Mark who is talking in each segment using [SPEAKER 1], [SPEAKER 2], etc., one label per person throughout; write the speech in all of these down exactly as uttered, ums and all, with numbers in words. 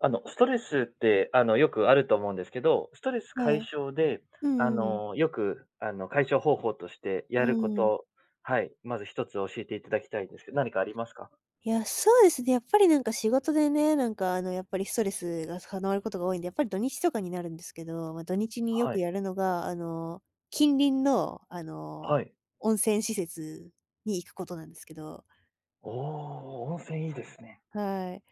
[SPEAKER 1] あの、ストレスって、あの、よくあると思うんですけど、ストレス
[SPEAKER 2] は
[SPEAKER 1] 解
[SPEAKER 2] い。
[SPEAKER 1] 消で、
[SPEAKER 2] う
[SPEAKER 1] あ
[SPEAKER 2] んうんうん。
[SPEAKER 1] の、よく、あの、解消方法として
[SPEAKER 2] う
[SPEAKER 1] やるこ
[SPEAKER 2] ん。
[SPEAKER 1] と、はい、まず一つ教えていただきたいんですけど、何かありますか？
[SPEAKER 2] いや、そうですね。やっぱりなんか仕事でね、なんかあの、やっぱりストレスが溜まることが多いんで、やっぱり土日とかになるんですけど、まあ、土日によ
[SPEAKER 1] は
[SPEAKER 2] く
[SPEAKER 1] い、
[SPEAKER 2] やるのが、あの、近隣のあ
[SPEAKER 1] は
[SPEAKER 2] の、
[SPEAKER 1] い。
[SPEAKER 2] 温泉施設に行くことなんですけど。
[SPEAKER 1] おお、温泉いいですね。
[SPEAKER 2] はい。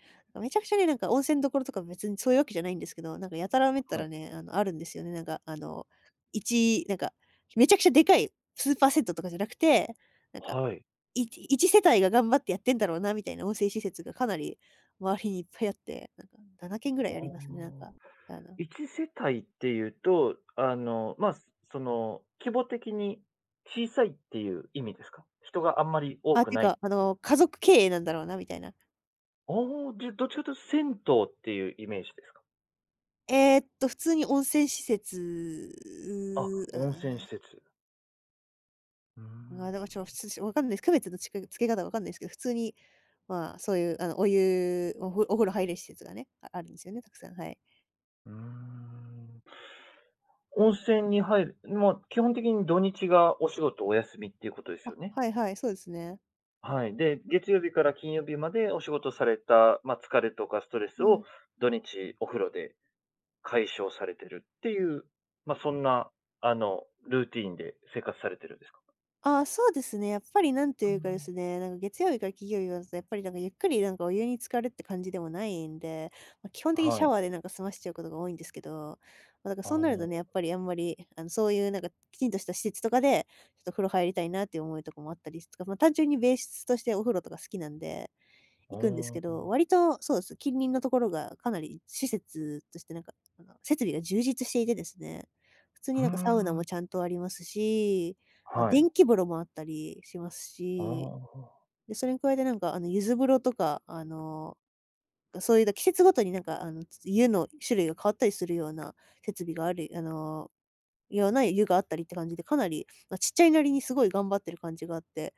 [SPEAKER 2] めちゃくちゃね、なんか温泉どころとか別にそういうわけじゃないんですけど、なんかやたらめった
[SPEAKER 1] は
[SPEAKER 2] ら
[SPEAKER 1] い、
[SPEAKER 2] ね、あの、あるんですよね。なんか、あの、一なんか、めちゃくちゃでかいスーパーセットとかじゃなくて、なんか、
[SPEAKER 1] はい。
[SPEAKER 2] い一世帯が頑張ってやってんだろうなみたいな温泉施設がかなり周りにいっぱいあって、なんかなな軒ぐら
[SPEAKER 1] あ
[SPEAKER 2] いありますね、なん
[SPEAKER 1] あ。
[SPEAKER 2] か。あの、
[SPEAKER 1] いっせたい世帯っていうと、あの、まあ、そその、規模的に小さいっていう意味ですか？人があんまり多
[SPEAKER 2] あ、っ
[SPEAKER 1] く
[SPEAKER 2] ていう
[SPEAKER 1] ない
[SPEAKER 2] か、あ
[SPEAKER 1] っていう。
[SPEAKER 2] の、家族経営なんだろうなみたいな。
[SPEAKER 1] じゃ、でどっちかというと銭湯っていうイメージですか？
[SPEAKER 2] えーっと、普通に温泉施設、
[SPEAKER 1] あ、
[SPEAKER 2] う、
[SPEAKER 1] 温泉施設。うー
[SPEAKER 2] あだ
[SPEAKER 1] ん、
[SPEAKER 2] からちょっと普通わかんないです。区別のつけつけ方わかんないですけど、普通に、まあ、そういう、あの、お湯、おふお風呂入れる施設がね、ああるんですよね、たくさん、はい。
[SPEAKER 1] うーん。温泉に入る、もう基本的に土日がお仕事お休みっていうことです
[SPEAKER 2] あ、
[SPEAKER 1] よね？
[SPEAKER 2] はいはい、そうですね。
[SPEAKER 1] はい。で、月曜日から金曜日までお仕事された、まあ、疲れとかストレス
[SPEAKER 2] う
[SPEAKER 1] を
[SPEAKER 2] ん。
[SPEAKER 1] 土日お風呂で解消されてるっていう、まあ、そんな、あの、ルーティーンで生活されてるんですか？
[SPEAKER 2] あそうですね。やっぱりなんて
[SPEAKER 1] う
[SPEAKER 2] いうかで
[SPEAKER 1] ん。
[SPEAKER 2] すね、なんか月曜日から金曜日だとやっぱりなんかゆっくりなんかお湯に浸かるって感じでもないんで、まあ、基本的にシ
[SPEAKER 1] は
[SPEAKER 2] ャ
[SPEAKER 1] い。
[SPEAKER 2] ワーでなんか済ましちゃうことが多いんですけど、まあ、だから
[SPEAKER 1] あ
[SPEAKER 2] そうなるとね、や
[SPEAKER 1] あ、
[SPEAKER 2] っぱりあんまり、あの、そういうなんかきちんとした施設とかで、ちょっと風呂入りたいなっていう思いとかもあったりすとか、ま、単純にベースとしてお風呂とか好きなんで
[SPEAKER 1] あ
[SPEAKER 2] 行くんですけ
[SPEAKER 1] ー
[SPEAKER 2] ど、割とそうです、近隣のところがかなり施設としてなんか、あの、設備が充実していてですね、普通
[SPEAKER 1] う
[SPEAKER 2] に
[SPEAKER 1] ー
[SPEAKER 2] なんかサウナも
[SPEAKER 1] ん。
[SPEAKER 2] ちゃんとありますし、あ、
[SPEAKER 1] はい。
[SPEAKER 2] 電気風呂もあったりします
[SPEAKER 1] あ
[SPEAKER 2] し、
[SPEAKER 1] あ、あ
[SPEAKER 2] で、それに加えてなんか、あの、柚子風呂とか、あの、そういうだ季節ごとになんか、あの、湯の種類が変わったりするような設備があるあの、ような湯があったりって感じで、かなり、ま、ちっちゃいなりにすごい頑張ってる感じがあって、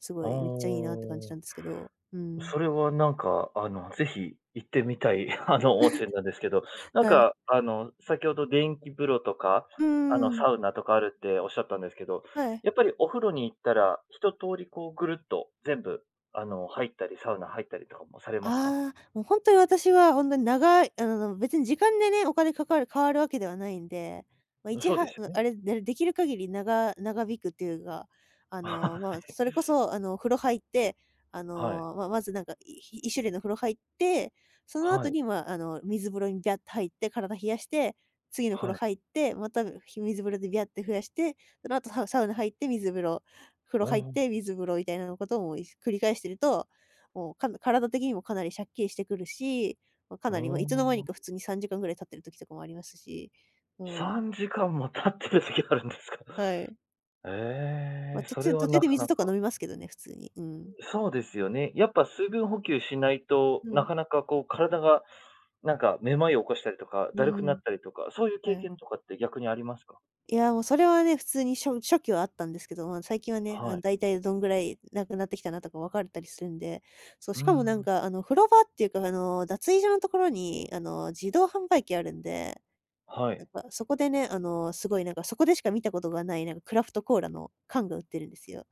[SPEAKER 2] す
[SPEAKER 1] あ。
[SPEAKER 2] ごいめっちゃいいなって感じなんですけど。うん。
[SPEAKER 1] それはなんか、あの、ぜひ行ってみたい、あの、温泉なんですけど、なん
[SPEAKER 2] はい。
[SPEAKER 1] か、あの、先ほど電気風呂とか、
[SPEAKER 2] う
[SPEAKER 1] あ
[SPEAKER 2] ー
[SPEAKER 1] の、
[SPEAKER 2] ん。
[SPEAKER 1] サウナとかあるっておっしゃったんですけど、
[SPEAKER 2] はい。
[SPEAKER 1] やっぱりお風呂に行ったら、一通りこうぐるっと全部、あの、入ったり、サウナ入ったりとかもされますか？
[SPEAKER 2] ああ、もう本当に私は本当に長いあの、別に時間でね、お金かかる変わるわけではないんで、まあ、いち
[SPEAKER 1] そう
[SPEAKER 2] は
[SPEAKER 1] ですよね。
[SPEAKER 2] あれ、でできる限り長長引くっていうか、あの、まあ、それこそあの、風呂入って、あ
[SPEAKER 1] はい。
[SPEAKER 2] の、まあまずなんか、い一種類の風呂入って、その
[SPEAKER 1] は
[SPEAKER 2] 後
[SPEAKER 1] い。
[SPEAKER 2] に、まあ、あの、水風呂にビャッと入って体冷やして、次の風
[SPEAKER 1] は
[SPEAKER 2] 呂
[SPEAKER 1] い。
[SPEAKER 2] 入って、また、ひ水風呂でビャッて増やして、その後サウサウナ入って水風呂、風呂
[SPEAKER 1] お
[SPEAKER 2] 入っ
[SPEAKER 1] ー
[SPEAKER 2] て水風呂みたいなことを、繰り返してるともう、かな体的にもかなり借金してくるし、まあ、か
[SPEAKER 1] おー、
[SPEAKER 2] なり、まあ、いつの間にか普
[SPEAKER 1] お
[SPEAKER 2] 通にさんじかんぐらい経ってる時とかもありますし、うん、
[SPEAKER 1] さんじかんも経ってる時あるんですか？
[SPEAKER 2] はい。まあ、
[SPEAKER 1] ええー、
[SPEAKER 2] 途
[SPEAKER 1] それ
[SPEAKER 2] 中
[SPEAKER 1] は
[SPEAKER 2] 途中
[SPEAKER 1] な
[SPEAKER 2] で
[SPEAKER 1] か
[SPEAKER 2] 水
[SPEAKER 1] な
[SPEAKER 2] とか
[SPEAKER 1] か
[SPEAKER 2] 飲みますけどね、普通に。うん。
[SPEAKER 1] そうですよね。やっぱ水分補給しないと、
[SPEAKER 2] う
[SPEAKER 1] な
[SPEAKER 2] ん。
[SPEAKER 1] かなかこう体がなんかめまいを起こしたりとか、
[SPEAKER 2] う
[SPEAKER 1] だるくなっ
[SPEAKER 2] ん。
[SPEAKER 1] たりとか、そういう
[SPEAKER 2] は
[SPEAKER 1] 経
[SPEAKER 2] い。
[SPEAKER 1] 験とかって逆にありますか？
[SPEAKER 2] いや、もうそれはね、普通に初初期はあったんですけど、まあ、最近はね、あ
[SPEAKER 1] は
[SPEAKER 2] の、
[SPEAKER 1] い。
[SPEAKER 2] 大体どんぐらいなくなってきたなとか分かれたりするんで、そう、
[SPEAKER 1] う
[SPEAKER 2] し
[SPEAKER 1] ー
[SPEAKER 2] かもなん
[SPEAKER 1] ん。
[SPEAKER 2] か、あの、風呂場っていうか、あの、脱衣所のところに、あの、自動販売機あるんで
[SPEAKER 1] は
[SPEAKER 2] なん
[SPEAKER 1] い。
[SPEAKER 2] か、そこでね、あの、すごいなんか、そこでしか見たことがない、なんかクラフトコーラの缶が売ってるんですよ。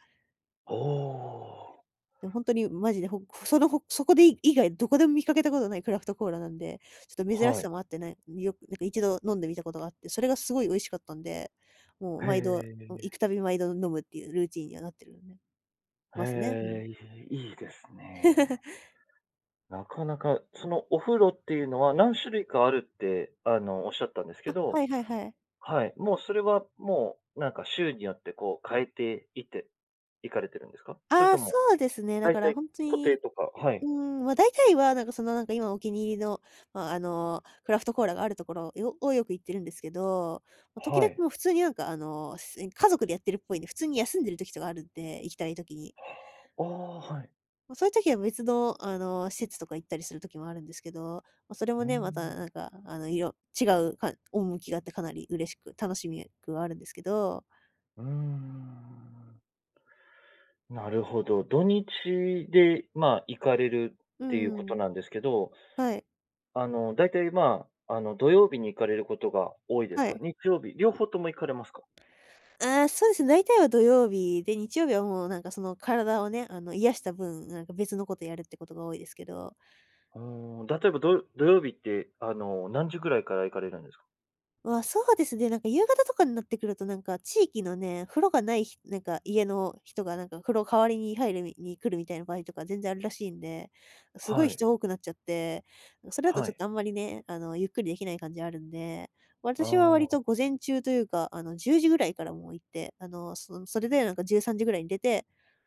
[SPEAKER 1] おお。
[SPEAKER 2] で、ほんとにマジで、ほその、ほそこでい以外どこでも見かけたことないクラフトコーラなんで、ちょっと珍し
[SPEAKER 1] はい。
[SPEAKER 2] さもあってね、よくなんかいちど飲んでみたことがあって、それがすごい美味しかったんで、もう
[SPEAKER 1] へ
[SPEAKER 2] 毎度、もう行
[SPEAKER 1] え。
[SPEAKER 2] くたび毎度飲むっていうルーティンにはなってるんで
[SPEAKER 1] へ
[SPEAKER 2] ますね。うん。
[SPEAKER 1] え、いいですね。なかなか、そのお風呂っていうのは何種類かあるって、あの、おっしゃったんですけ
[SPEAKER 2] あ、は
[SPEAKER 1] ど、
[SPEAKER 2] いはいはい。
[SPEAKER 1] はい、もうそれはもうなんか週によってこう変えていって行かれてるんですか？それ
[SPEAKER 2] ああ、
[SPEAKER 1] とも
[SPEAKER 2] そうですね。だ
[SPEAKER 1] 大
[SPEAKER 2] から
[SPEAKER 1] 体
[SPEAKER 2] ほんと
[SPEAKER 1] 固定
[SPEAKER 2] に
[SPEAKER 1] とかは
[SPEAKER 2] う
[SPEAKER 1] い、
[SPEAKER 2] ーん、まあ、大体は、なんか、その、なんか、今お気に入りの、まあ、あの、クラフトコーラがあるところよをよく行ってるんですけど、ま、時
[SPEAKER 1] は
[SPEAKER 2] 々
[SPEAKER 1] い。
[SPEAKER 2] もう普通に、なんか、あの、す家族でやってるっぽいんで、普通に休んでる時とかあるんで、行きたい時に。
[SPEAKER 1] ああ、はい。
[SPEAKER 2] ま、そういう時は別の、あの、施設とか行ったりする時もあるんですけど、ま、それ
[SPEAKER 1] う
[SPEAKER 2] も
[SPEAKER 1] ー
[SPEAKER 2] ね、また、
[SPEAKER 1] ん、
[SPEAKER 2] なんか、あの、いろ違うか趣があってかなり嬉しく楽しみくはあるんですけど。
[SPEAKER 1] うーん。なるほど。土日で、まあ、行かれるっ
[SPEAKER 2] う
[SPEAKER 1] ていうこ
[SPEAKER 2] んう
[SPEAKER 1] と
[SPEAKER 2] ん。
[SPEAKER 1] なんですけど、
[SPEAKER 2] はい、
[SPEAKER 1] あの、大体、まあ、あの、土曜日に行かれることが多いです
[SPEAKER 2] は
[SPEAKER 1] か？
[SPEAKER 2] い。
[SPEAKER 1] 日曜日、両方とも行かれますか？
[SPEAKER 2] ああ、そうですね、大体は土曜日で、日曜日はもうなんかその体をね、あの、癒した分、なんか別のことやるってことが多いですけど。
[SPEAKER 1] うーん、例えば、土土曜日って、あの、何時ぐらいから行かれるんですか？
[SPEAKER 2] わ、そうですね。なんか夕方とかになってくると、なんか地域のね、風呂がないひなんか家の人がなんか風呂代わりに入るみに来るみたいな場合とか全然あるらしいんで、すごい
[SPEAKER 1] はい、
[SPEAKER 2] 人多くなっちゃって、それだと
[SPEAKER 1] は
[SPEAKER 2] ちょっ
[SPEAKER 1] い。
[SPEAKER 2] とあんまりね、あの、ゆっくりできない感じあるんで、
[SPEAKER 1] あ
[SPEAKER 2] 私は割
[SPEAKER 1] あ、
[SPEAKER 2] と午前中というか、あの、じゅうじぐらいからもう行って、あの、そそれでなんかじゅうさんじぐらいに出て、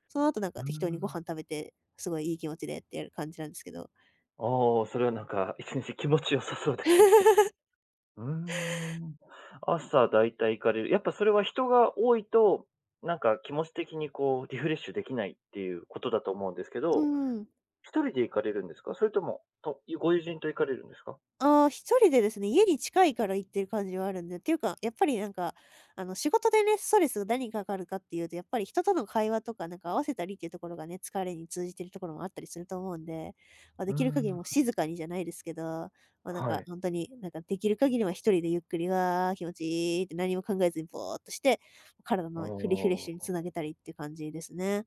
[SPEAKER 2] その後なん
[SPEAKER 1] う
[SPEAKER 2] か
[SPEAKER 1] ー
[SPEAKER 2] 適当にご飯
[SPEAKER 1] ん。
[SPEAKER 2] 食べて、すごいいい気持ちでってやる感じなんですけど。
[SPEAKER 1] ああ、それはなんか、一日気持ちよさそうですね。うーん。朝だいたい行かれる。やっぱそれは人が多いと、なんか気持ち的にこうリフレッシュできないっていうことだと思うんですけ
[SPEAKER 2] うー
[SPEAKER 1] ど、
[SPEAKER 2] ん。
[SPEAKER 1] 一人で行かれるんですか？それとも、とご友人と行かれるんですか？
[SPEAKER 2] ああ、一人でですね、家に近いから行ってる感じはあるんで、っていうか、やっぱりなんか、あの、仕事でね、ストレスが何かかるかっていうと、やっぱり人との会話とか、なんか合わせたりっていうところがね、疲れに通じてるところもあったりすると思うんで、まあ、
[SPEAKER 1] う
[SPEAKER 2] で
[SPEAKER 1] ー
[SPEAKER 2] きる限り
[SPEAKER 1] ん、
[SPEAKER 2] もう静かにじゃないですけど、まあ、なん
[SPEAKER 1] は
[SPEAKER 2] か
[SPEAKER 1] い。
[SPEAKER 2] 本当に、なんかできる限りは一人でゆっくり、わー気持ちいいって何も考えずにぼーっとして、体のフリフレッ
[SPEAKER 1] お
[SPEAKER 2] シュに
[SPEAKER 1] あ、
[SPEAKER 2] つなげたりっていう感じですね。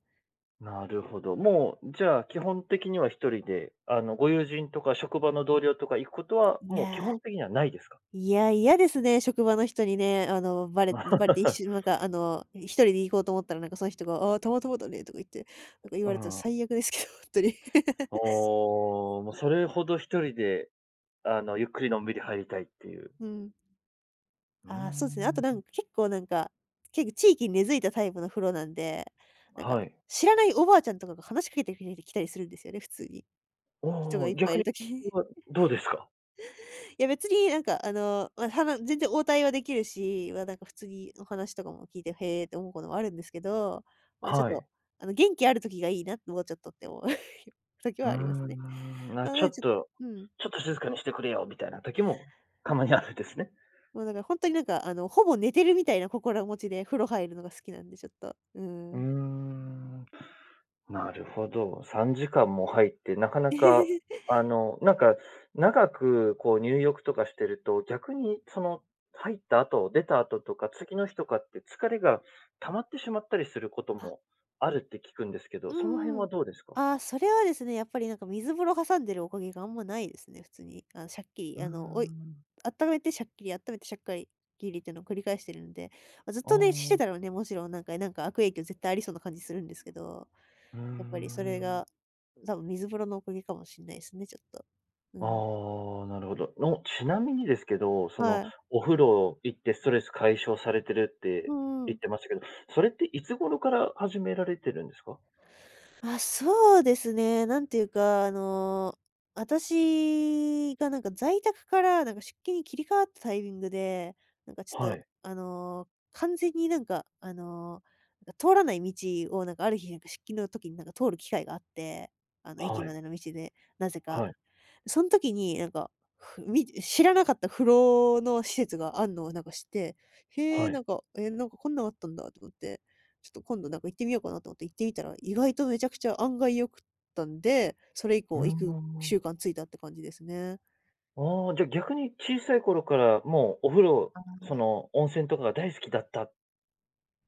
[SPEAKER 1] なるほど。もう、じゃあ基本的には一人で、あの、ご友人とか職場の同僚とか行くことは、
[SPEAKER 2] い
[SPEAKER 1] もう基
[SPEAKER 2] や
[SPEAKER 1] 本
[SPEAKER 2] ー
[SPEAKER 1] 的にはないですか？
[SPEAKER 2] いや、嫌ですね、職場の人にね、あの、バレバレて、一瞬 なんか、あの、一人で行こうと思ったら、なんかその人が、「ああ、たまたまだね」とか言って、なんか言
[SPEAKER 1] う
[SPEAKER 2] われたら
[SPEAKER 1] ん。
[SPEAKER 2] 最悪ですけど、本当に。
[SPEAKER 1] おお、もうそれほど一人で、あの、ゆっくりのんびり入りたいっていう。
[SPEAKER 2] うん。
[SPEAKER 1] うー
[SPEAKER 2] ああ、そうですね、あと
[SPEAKER 1] ん、
[SPEAKER 2] なんか結構なんか、結構地域に根付いたタイプの風呂なんで、なんか
[SPEAKER 1] はい。
[SPEAKER 2] 知らないおばあちゃんとかが話しかけてきたりするんですよね、普通に。人
[SPEAKER 1] お
[SPEAKER 2] が
[SPEAKER 1] お、
[SPEAKER 2] いっぱいい
[SPEAKER 1] 逆
[SPEAKER 2] る
[SPEAKER 1] に、
[SPEAKER 2] 時に。
[SPEAKER 1] は、どうですか？
[SPEAKER 2] いや、別になんかあの、まあ、は全然応対はできるし、まあ、なんか普通にお話とかも聞いて、へえって思うこともあるんですけど、ま、ちょっ
[SPEAKER 1] は
[SPEAKER 2] と、
[SPEAKER 1] い。
[SPEAKER 2] あの、元気ある時がいいな、ってもうちょっとって思う 時
[SPEAKER 1] う
[SPEAKER 2] は
[SPEAKER 1] ー
[SPEAKER 2] ありますね。
[SPEAKER 1] ん、
[SPEAKER 2] ま
[SPEAKER 1] あ、
[SPEAKER 2] あ、
[SPEAKER 1] ち
[SPEAKER 2] なん
[SPEAKER 1] ょ
[SPEAKER 2] で
[SPEAKER 1] っ
[SPEAKER 2] ちょっと
[SPEAKER 1] と
[SPEAKER 2] うん。
[SPEAKER 1] ちょっと静かにしてくれよみたいな時もたまにあるんですね。
[SPEAKER 2] もうだからほんとになんかあの、ほぼ寝てるみたいな心持ちで風呂入るのが好きなんで、ちょっと、う
[SPEAKER 1] うー
[SPEAKER 2] ん。
[SPEAKER 1] ん、なるほど。さんじかんも入って、なかなか、あの、なんか、長くこう入浴とかしてると、逆にその、入った後、出た後とか、次の日とかって疲れが溜まってしまったりすることもあるって聞くんですけど、
[SPEAKER 2] う
[SPEAKER 1] その辺
[SPEAKER 2] んうん。
[SPEAKER 1] はどうですか？
[SPEAKER 2] ああ、それはですね、やっぱりなんか水風呂挟んでるおかげがあんまないですね、普通に。あの、シャッキ
[SPEAKER 1] う
[SPEAKER 2] リ
[SPEAKER 1] ー
[SPEAKER 2] あの、おい
[SPEAKER 1] ん。
[SPEAKER 2] 温めてシャッキリ温めてシャッキリギリっていうのを繰り返してるんで、ま、ずっ
[SPEAKER 1] あ
[SPEAKER 2] とね、して
[SPEAKER 1] あ、
[SPEAKER 2] たらね、もちろんなんかなんか悪影響絶対ありそうな感じするんですけど、
[SPEAKER 1] うー
[SPEAKER 2] やっぱりそれ
[SPEAKER 1] ん。
[SPEAKER 2] が多分水風呂のおかげかもしんないですね、ちょっと。う
[SPEAKER 1] あ
[SPEAKER 2] ん。
[SPEAKER 1] あ、なるほど。の、ちなみにですけど、そ
[SPEAKER 2] は
[SPEAKER 1] の、
[SPEAKER 2] い。
[SPEAKER 1] お風呂行ってストレス解消されてるっ
[SPEAKER 2] う
[SPEAKER 1] て
[SPEAKER 2] んう
[SPEAKER 1] 言っ
[SPEAKER 2] ん。
[SPEAKER 1] てましたけど、それっていつ頃から始められてるんですか？
[SPEAKER 2] あ、そうですね。なんていうか、あの、私がなんか在宅からなんか出勤に切り替わったタイミングで、なんかちょっ
[SPEAKER 1] は
[SPEAKER 2] と、
[SPEAKER 1] い、
[SPEAKER 2] あの、完全になんか、あの、なんか通らない道をなんかある日なんか出勤の時になんか通る機会があって、あの、駅
[SPEAKER 1] は
[SPEAKER 2] ま
[SPEAKER 1] い、
[SPEAKER 2] での道で、なぜか。
[SPEAKER 1] はい、
[SPEAKER 2] その時になんか、ふみ知らなかった風呂の施設があんのをなんか知って、へえ、
[SPEAKER 1] は
[SPEAKER 2] な
[SPEAKER 1] い。
[SPEAKER 2] んか、え、なんかこんなんあったんだと思って、ちょっと今度なんか行ってみようかなと思って行ってみたら、意外とめちゃくちゃ案外良くったんで、それ以
[SPEAKER 1] うー
[SPEAKER 2] 降行く
[SPEAKER 1] ん。
[SPEAKER 2] 習慣ついたって感じですね。
[SPEAKER 1] ああ、じゃ、逆に小さい頃からもうお風呂、
[SPEAKER 2] あ。
[SPEAKER 1] その、温泉とかが大好きだったっ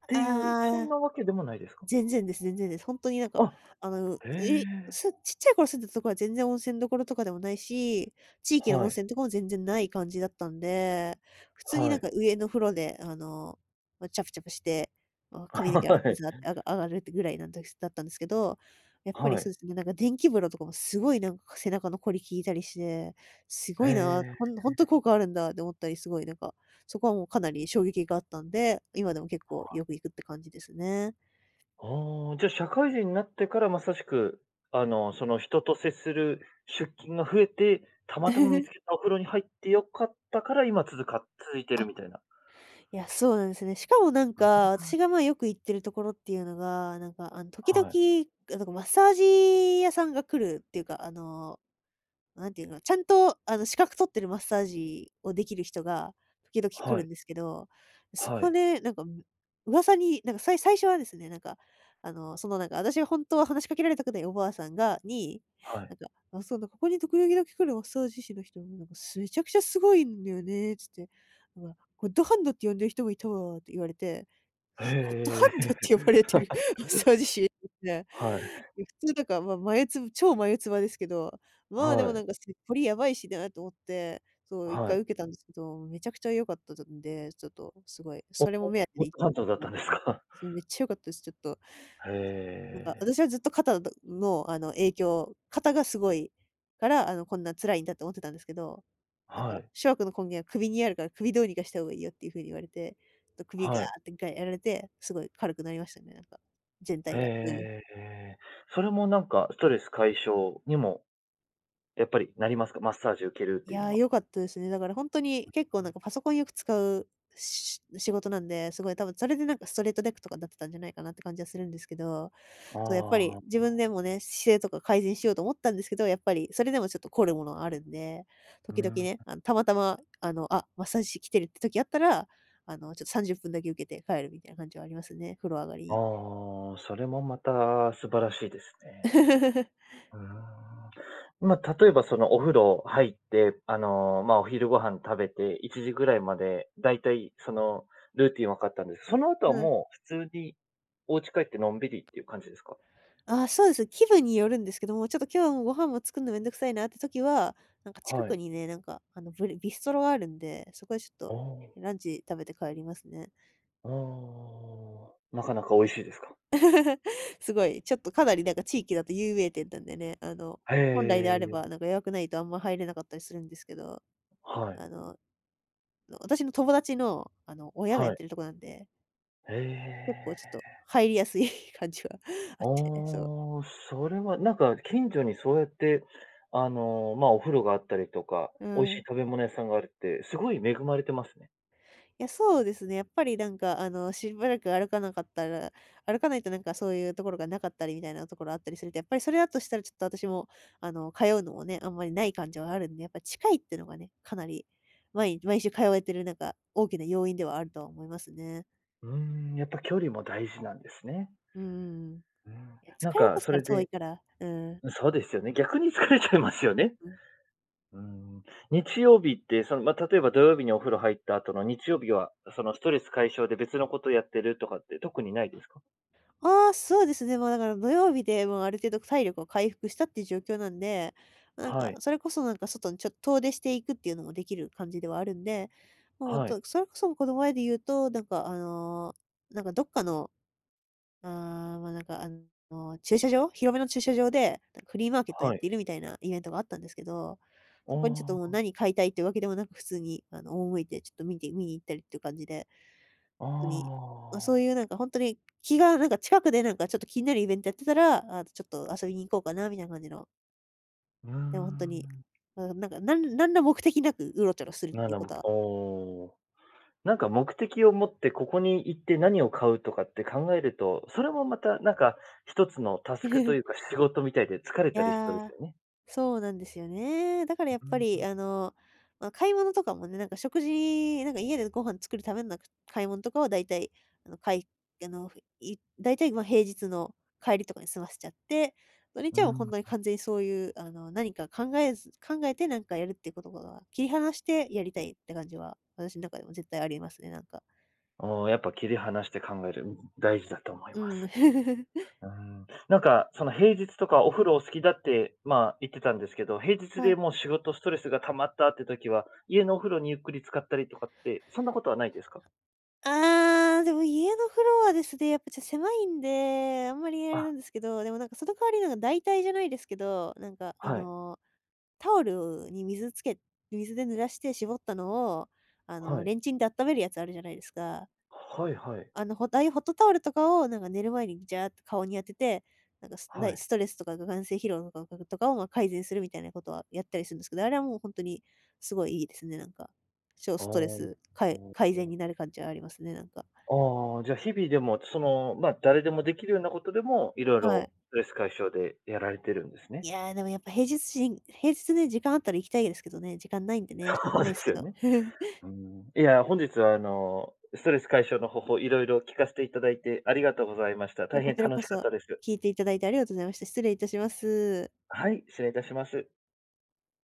[SPEAKER 1] ていう、そ
[SPEAKER 2] あ
[SPEAKER 1] ん
[SPEAKER 2] あ。
[SPEAKER 1] なわけでもないですか？
[SPEAKER 2] 全然です、全然です。本当になんか、
[SPEAKER 1] あ、
[SPEAKER 2] あの、
[SPEAKER 1] へ
[SPEAKER 2] え、
[SPEAKER 1] え。
[SPEAKER 2] すちっちゃい頃住んでたところは全然温泉どころとかでもないし、地域の温
[SPEAKER 1] はい、
[SPEAKER 2] 泉とかも全然ない感じだったんで、普通に
[SPEAKER 1] は
[SPEAKER 2] なん
[SPEAKER 1] い、
[SPEAKER 2] か上の風呂で、あの、ま、チャプチャプして、ま、髪の毛洗
[SPEAKER 1] は
[SPEAKER 2] って
[SPEAKER 1] い、
[SPEAKER 2] ザーってあが上がるってぐらいなんだだったんですけど、やっぱり
[SPEAKER 1] は
[SPEAKER 2] そう
[SPEAKER 1] い。
[SPEAKER 2] ですね、なんか電気風呂とかもすごいなんか背中のこり効いたりして、すご
[SPEAKER 1] へ
[SPEAKER 2] いな、
[SPEAKER 1] え。
[SPEAKER 2] ほん本当効果あるんだって思ったり、すごいなんか、そこはもうかなり衝撃があったんで、今でも結構よく行くって感じですね。
[SPEAKER 1] ああ、じゃ、社会人になってからまさしく、あの、その、人と接する出勤が増えて、たまたま見つ けたお風呂に入ってよかったから、今つか続いて
[SPEAKER 2] あ、
[SPEAKER 1] るみたいな。
[SPEAKER 2] いや、そうなんですね。しかもなんか、私がまあよく行ってるところっていうのが、なんかあの時々、
[SPEAKER 1] はい。
[SPEAKER 2] なんかマッサージ屋さんが来るっていうか、あのなんていうの、ちゃんと、あの、資格取ってるマッサージをできる人が時々来
[SPEAKER 1] は
[SPEAKER 2] るん
[SPEAKER 1] い。
[SPEAKER 2] ですけど、そ
[SPEAKER 1] は
[SPEAKER 2] こ
[SPEAKER 1] い。
[SPEAKER 2] で、なんか、む噂に、なんか、さい最初はですね、なんか、あの、その、なんか、私が本当は話しかけられたくないおばあさんがに、
[SPEAKER 1] は
[SPEAKER 2] なん
[SPEAKER 1] い。
[SPEAKER 2] か、あ、そうだ、な、ここに時々だけ来るマッサージ師の人、なんか、すめちゃくちゃすごいんだよねつって、なんか、ゴッドハンドって呼んでる人もいたわって言われて、
[SPEAKER 1] へ
[SPEAKER 2] すゴッドハンドっ
[SPEAKER 1] え。
[SPEAKER 2] て呼ばれてる マッサ ージ師ですね。
[SPEAKER 1] はい。
[SPEAKER 2] いや、普通なんかまあ、眉唾超眉唾ですけどまあ、で
[SPEAKER 1] は
[SPEAKER 2] もな
[SPEAKER 1] い。
[SPEAKER 2] んか、せこりやばいしなと思って、そう、1
[SPEAKER 1] は
[SPEAKER 2] 回
[SPEAKER 1] い。
[SPEAKER 2] 受けたんですけど、めちゃくちゃ良かったんで、ちょっとすごい、
[SPEAKER 1] お
[SPEAKER 2] それも目当てで
[SPEAKER 1] おゴ
[SPEAKER 2] い、
[SPEAKER 1] ッンだっ
[SPEAKER 2] あ
[SPEAKER 1] た
[SPEAKER 2] り
[SPEAKER 1] んで
[SPEAKER 2] ま
[SPEAKER 1] す
[SPEAKER 2] すね。
[SPEAKER 1] か？
[SPEAKER 2] そう、めっちゃ良かったです。ちょっと、
[SPEAKER 1] へ
[SPEAKER 2] なんか
[SPEAKER 1] え。
[SPEAKER 2] 私はずっと肩の、あの、影響肩がすごいから、あの、こんな辛いんだって思ってたんですけど、なん
[SPEAKER 1] は
[SPEAKER 2] か、
[SPEAKER 1] い。
[SPEAKER 2] 諸悪の根源は首にあるから、首どうにかした方がいいよっていう風に言われて、ちょっと首ガ
[SPEAKER 1] はい。
[SPEAKER 2] ーっていっかいやられて、すごい軽くなりましたね、なんか、全体が。うん。
[SPEAKER 1] へえ。それもなんかストレス解消にもやっぱりなりますか？マッサージ受けるっ
[SPEAKER 2] い
[SPEAKER 1] ていう
[SPEAKER 2] や
[SPEAKER 1] の
[SPEAKER 2] ー、
[SPEAKER 1] は。
[SPEAKER 2] 良かったですね。だから本当に結構なんかパソコンよく使うし仕事なんで、すごい多分それでなんかストレートデックとかになってたんじゃないかなって感じはするんですけど、
[SPEAKER 1] あ
[SPEAKER 2] そうやっぱり自
[SPEAKER 1] あ、
[SPEAKER 2] 分でもね、姿勢とか改善しようと思ったんですけど、やっぱりそれでもちょっと凝るものがあるんで、
[SPEAKER 1] う
[SPEAKER 2] 時々
[SPEAKER 1] ーん。
[SPEAKER 2] ね、あの、たまたま、あの、あ、マッサージ師来てるって時あったら、あの、ちょっとさんじゅっぷんだけ受けて帰るみたいな感じはありますね、風呂上がりに。
[SPEAKER 1] ああ、それもまた素晴らしいですね。うーん。まあ、例えばそのお風呂入って、あの、ま、あお昼ご飯食べていちじぐらいまで、だいたいそのルーティン分かったんです。その後は
[SPEAKER 2] うん。
[SPEAKER 1] もう普通にお家帰ってのんびりっていう感じですか？
[SPEAKER 2] ああ、そうです。気分によるんですけども、ちょっと今日はもうご飯も作るのめんどくさいなって時は、なんか近
[SPEAKER 1] は
[SPEAKER 2] く
[SPEAKER 1] い。
[SPEAKER 2] にね、なんか、あの、ブリビストロがあるんで、そこでちょっと
[SPEAKER 1] お
[SPEAKER 2] ランチ食べて帰りますね。
[SPEAKER 1] あ、なかなか美味しいですか？
[SPEAKER 2] すごい、ちょっとかなりなんか地域だと有名店なんでね、あの、
[SPEAKER 1] へ
[SPEAKER 2] 本来であればな
[SPEAKER 1] え。
[SPEAKER 2] んか予約ないとあんま入れなかったりするんですけど、
[SPEAKER 1] はい。
[SPEAKER 2] あの、私の友達の、あの、親がやっ
[SPEAKER 1] はい。
[SPEAKER 2] てるとこなんで、
[SPEAKER 1] へ
[SPEAKER 2] 結構ちょっ
[SPEAKER 1] え。
[SPEAKER 2] と入りやすい 感じはあ
[SPEAKER 1] あ
[SPEAKER 2] っ
[SPEAKER 1] あ、
[SPEAKER 2] て、そう。
[SPEAKER 1] それはなんか近所にそうやって、あの、まあ、お風呂があったりとか、
[SPEAKER 2] う
[SPEAKER 1] 美味しい
[SPEAKER 2] ん。
[SPEAKER 1] 食べ物屋さんがあるって、すごい恵まれてますね。
[SPEAKER 2] いや、そうですね。やっぱりなんか、あの、しばらく歩かなかったら、歩かないとなんかそういうところがなかったりみたいなところあったりすると、やっぱりそれだとしたらちょっと私も、あの、通うのもね、あんまりない感じはあるんで、やっぱ近いっていうのがね、かなり、毎日毎週通えてるなんか大きな要因ではあるとは思いますね。
[SPEAKER 1] うーん、やっぱ距離も大事なんですね。
[SPEAKER 2] うんうん。
[SPEAKER 1] うん、
[SPEAKER 2] いや、
[SPEAKER 1] な
[SPEAKER 2] 疲
[SPEAKER 1] ん
[SPEAKER 2] れ
[SPEAKER 1] か
[SPEAKER 2] ます
[SPEAKER 1] そ
[SPEAKER 2] から、
[SPEAKER 1] れ
[SPEAKER 2] 遠い
[SPEAKER 1] で
[SPEAKER 2] から。うん。
[SPEAKER 1] そうですよね、逆に疲れちゃいますよね。
[SPEAKER 2] うん。
[SPEAKER 1] うん、日曜日ってその、まあ、例えば土曜日にお風呂入った後の日曜日は、そのストレス解消で別のことやってるとかって特にないですか？
[SPEAKER 2] ああ、そうですね。もうだから土曜日でもうある程度体力を回復したっていう状況なんで、なん
[SPEAKER 1] は
[SPEAKER 2] か、
[SPEAKER 1] い、
[SPEAKER 2] それこそなんか外にちょっと遠出していくっていうのもできる感じではあるんで、もう
[SPEAKER 1] はい、
[SPEAKER 2] と、それこそこの前で言うと、なんかあのーなんかどっかの、あーまあなんかあのー駐車場、広めの駐車場で、なんかフリーマーケットやっ
[SPEAKER 1] は
[SPEAKER 2] て
[SPEAKER 1] い。
[SPEAKER 2] いるみたいなイベントがあったんですけど、そこにちょっともう
[SPEAKER 1] あ
[SPEAKER 2] 何買いたいってわけでもなく普通に、あの、赴いてちょっと見て、見に行ったりっていう感じで、
[SPEAKER 1] あ、
[SPEAKER 2] 当に、
[SPEAKER 1] あ
[SPEAKER 2] まあ、そうい
[SPEAKER 1] あ、
[SPEAKER 2] うなんか本当に気がなんか近くでなんかちょっと気になるイベントやってたら、あ、ちょっと遊びに行こうかなみたいな感じの、
[SPEAKER 1] うー
[SPEAKER 2] でも本当に、
[SPEAKER 1] ん。
[SPEAKER 2] うなんかなんなんら目的なくうろちょろするっ
[SPEAKER 1] な
[SPEAKER 2] ていう
[SPEAKER 1] ら、
[SPEAKER 2] こ
[SPEAKER 1] も
[SPEAKER 2] とは、
[SPEAKER 1] おお。なんか目的を持ってここに行って何を買うとかって考えると、それもまたなんか一つのタ
[SPEAKER 2] い
[SPEAKER 1] スクというか仕事みたいで疲れた
[SPEAKER 2] や
[SPEAKER 1] りしそうで
[SPEAKER 2] ー、
[SPEAKER 1] すよね。
[SPEAKER 2] そうなんですよね。だからやっぱり、あの、まあ、買い物とかもね、なんか食事なんか家でご飯作るためのなんか買い物とかはだいたい、あの、かいあの、いだいたい、ま、平日の帰りとかに済ませちゃって、土
[SPEAKER 1] う
[SPEAKER 2] 日はもう
[SPEAKER 1] ん、う
[SPEAKER 2] 本
[SPEAKER 1] ん。
[SPEAKER 2] 当に完全にそういう、あの、何か考えず考えてなんかやるっていうことが切り離してやりたいって感じは、私の中でも絶対ありますね、なんか。
[SPEAKER 1] おお、やっぱ切り離して考える、うん、大事だと思い
[SPEAKER 2] う
[SPEAKER 1] ま
[SPEAKER 2] ん。
[SPEAKER 1] す。うん。なんかその平日とかお風呂お好きだって、まあ、言ってたんですけど、平日
[SPEAKER 2] は
[SPEAKER 1] で
[SPEAKER 2] い。
[SPEAKER 1] もう仕事ストレスが溜まったって時は、家のお風呂にゆっくり浸かったりとかって、そんなことはないですか？
[SPEAKER 2] ああ、でも家のフロアですね、やっぱちょっと狭いんで、あんまりあれな
[SPEAKER 1] あ、
[SPEAKER 2] んですけど、でもなんかその代わりなんか代替じゃないですけど、なんかあ
[SPEAKER 1] はい、
[SPEAKER 2] の、タオルに水つけ水で濡らして絞ったのを、あ
[SPEAKER 1] は
[SPEAKER 2] の、
[SPEAKER 1] い。
[SPEAKER 2] レンチンで温めるやつあるじゃないですか。
[SPEAKER 1] はいはい、
[SPEAKER 2] あの、ホああいうホットタオルとかをなんか寝る前にジャーって顔に当てて、なんかスな
[SPEAKER 1] は
[SPEAKER 2] い
[SPEAKER 1] い。
[SPEAKER 2] ストレスとかが眼性疲労とかとかを、ま、改善するみたいなことはやったりするんですけど、あれはもう本当にすごいいいですね、なんか。超
[SPEAKER 1] あ
[SPEAKER 2] ストレス
[SPEAKER 1] あ、
[SPEAKER 2] かい改善になる感じはありますね、なんか。
[SPEAKER 1] ああ、じゃあ日々でも、その、まあ、誰でもできるようなことでも、いろい
[SPEAKER 2] はい。
[SPEAKER 1] ろストレス解消でやられてるんです
[SPEAKER 2] い
[SPEAKER 1] ね。
[SPEAKER 2] やー、でもやっぱ平日しん平日ね、時間あったら行きたいですけどね、時間ないんでね、しょう が
[SPEAKER 1] そう
[SPEAKER 2] ない
[SPEAKER 1] で
[SPEAKER 2] です
[SPEAKER 1] す
[SPEAKER 2] け
[SPEAKER 1] よ
[SPEAKER 2] ど。
[SPEAKER 1] ね。うん。いや、本日はあの、ストレス解消の方法、いろいろ聞かせていただいてありがとうございました。
[SPEAKER 2] いや、
[SPEAKER 1] 大
[SPEAKER 2] こ
[SPEAKER 1] 変
[SPEAKER 2] ちら
[SPEAKER 1] 楽
[SPEAKER 2] こ
[SPEAKER 1] しか
[SPEAKER 2] そ
[SPEAKER 1] ったです。
[SPEAKER 2] 聞いていただいてありがとうございました。失礼いたします。
[SPEAKER 1] はい、失礼いたします。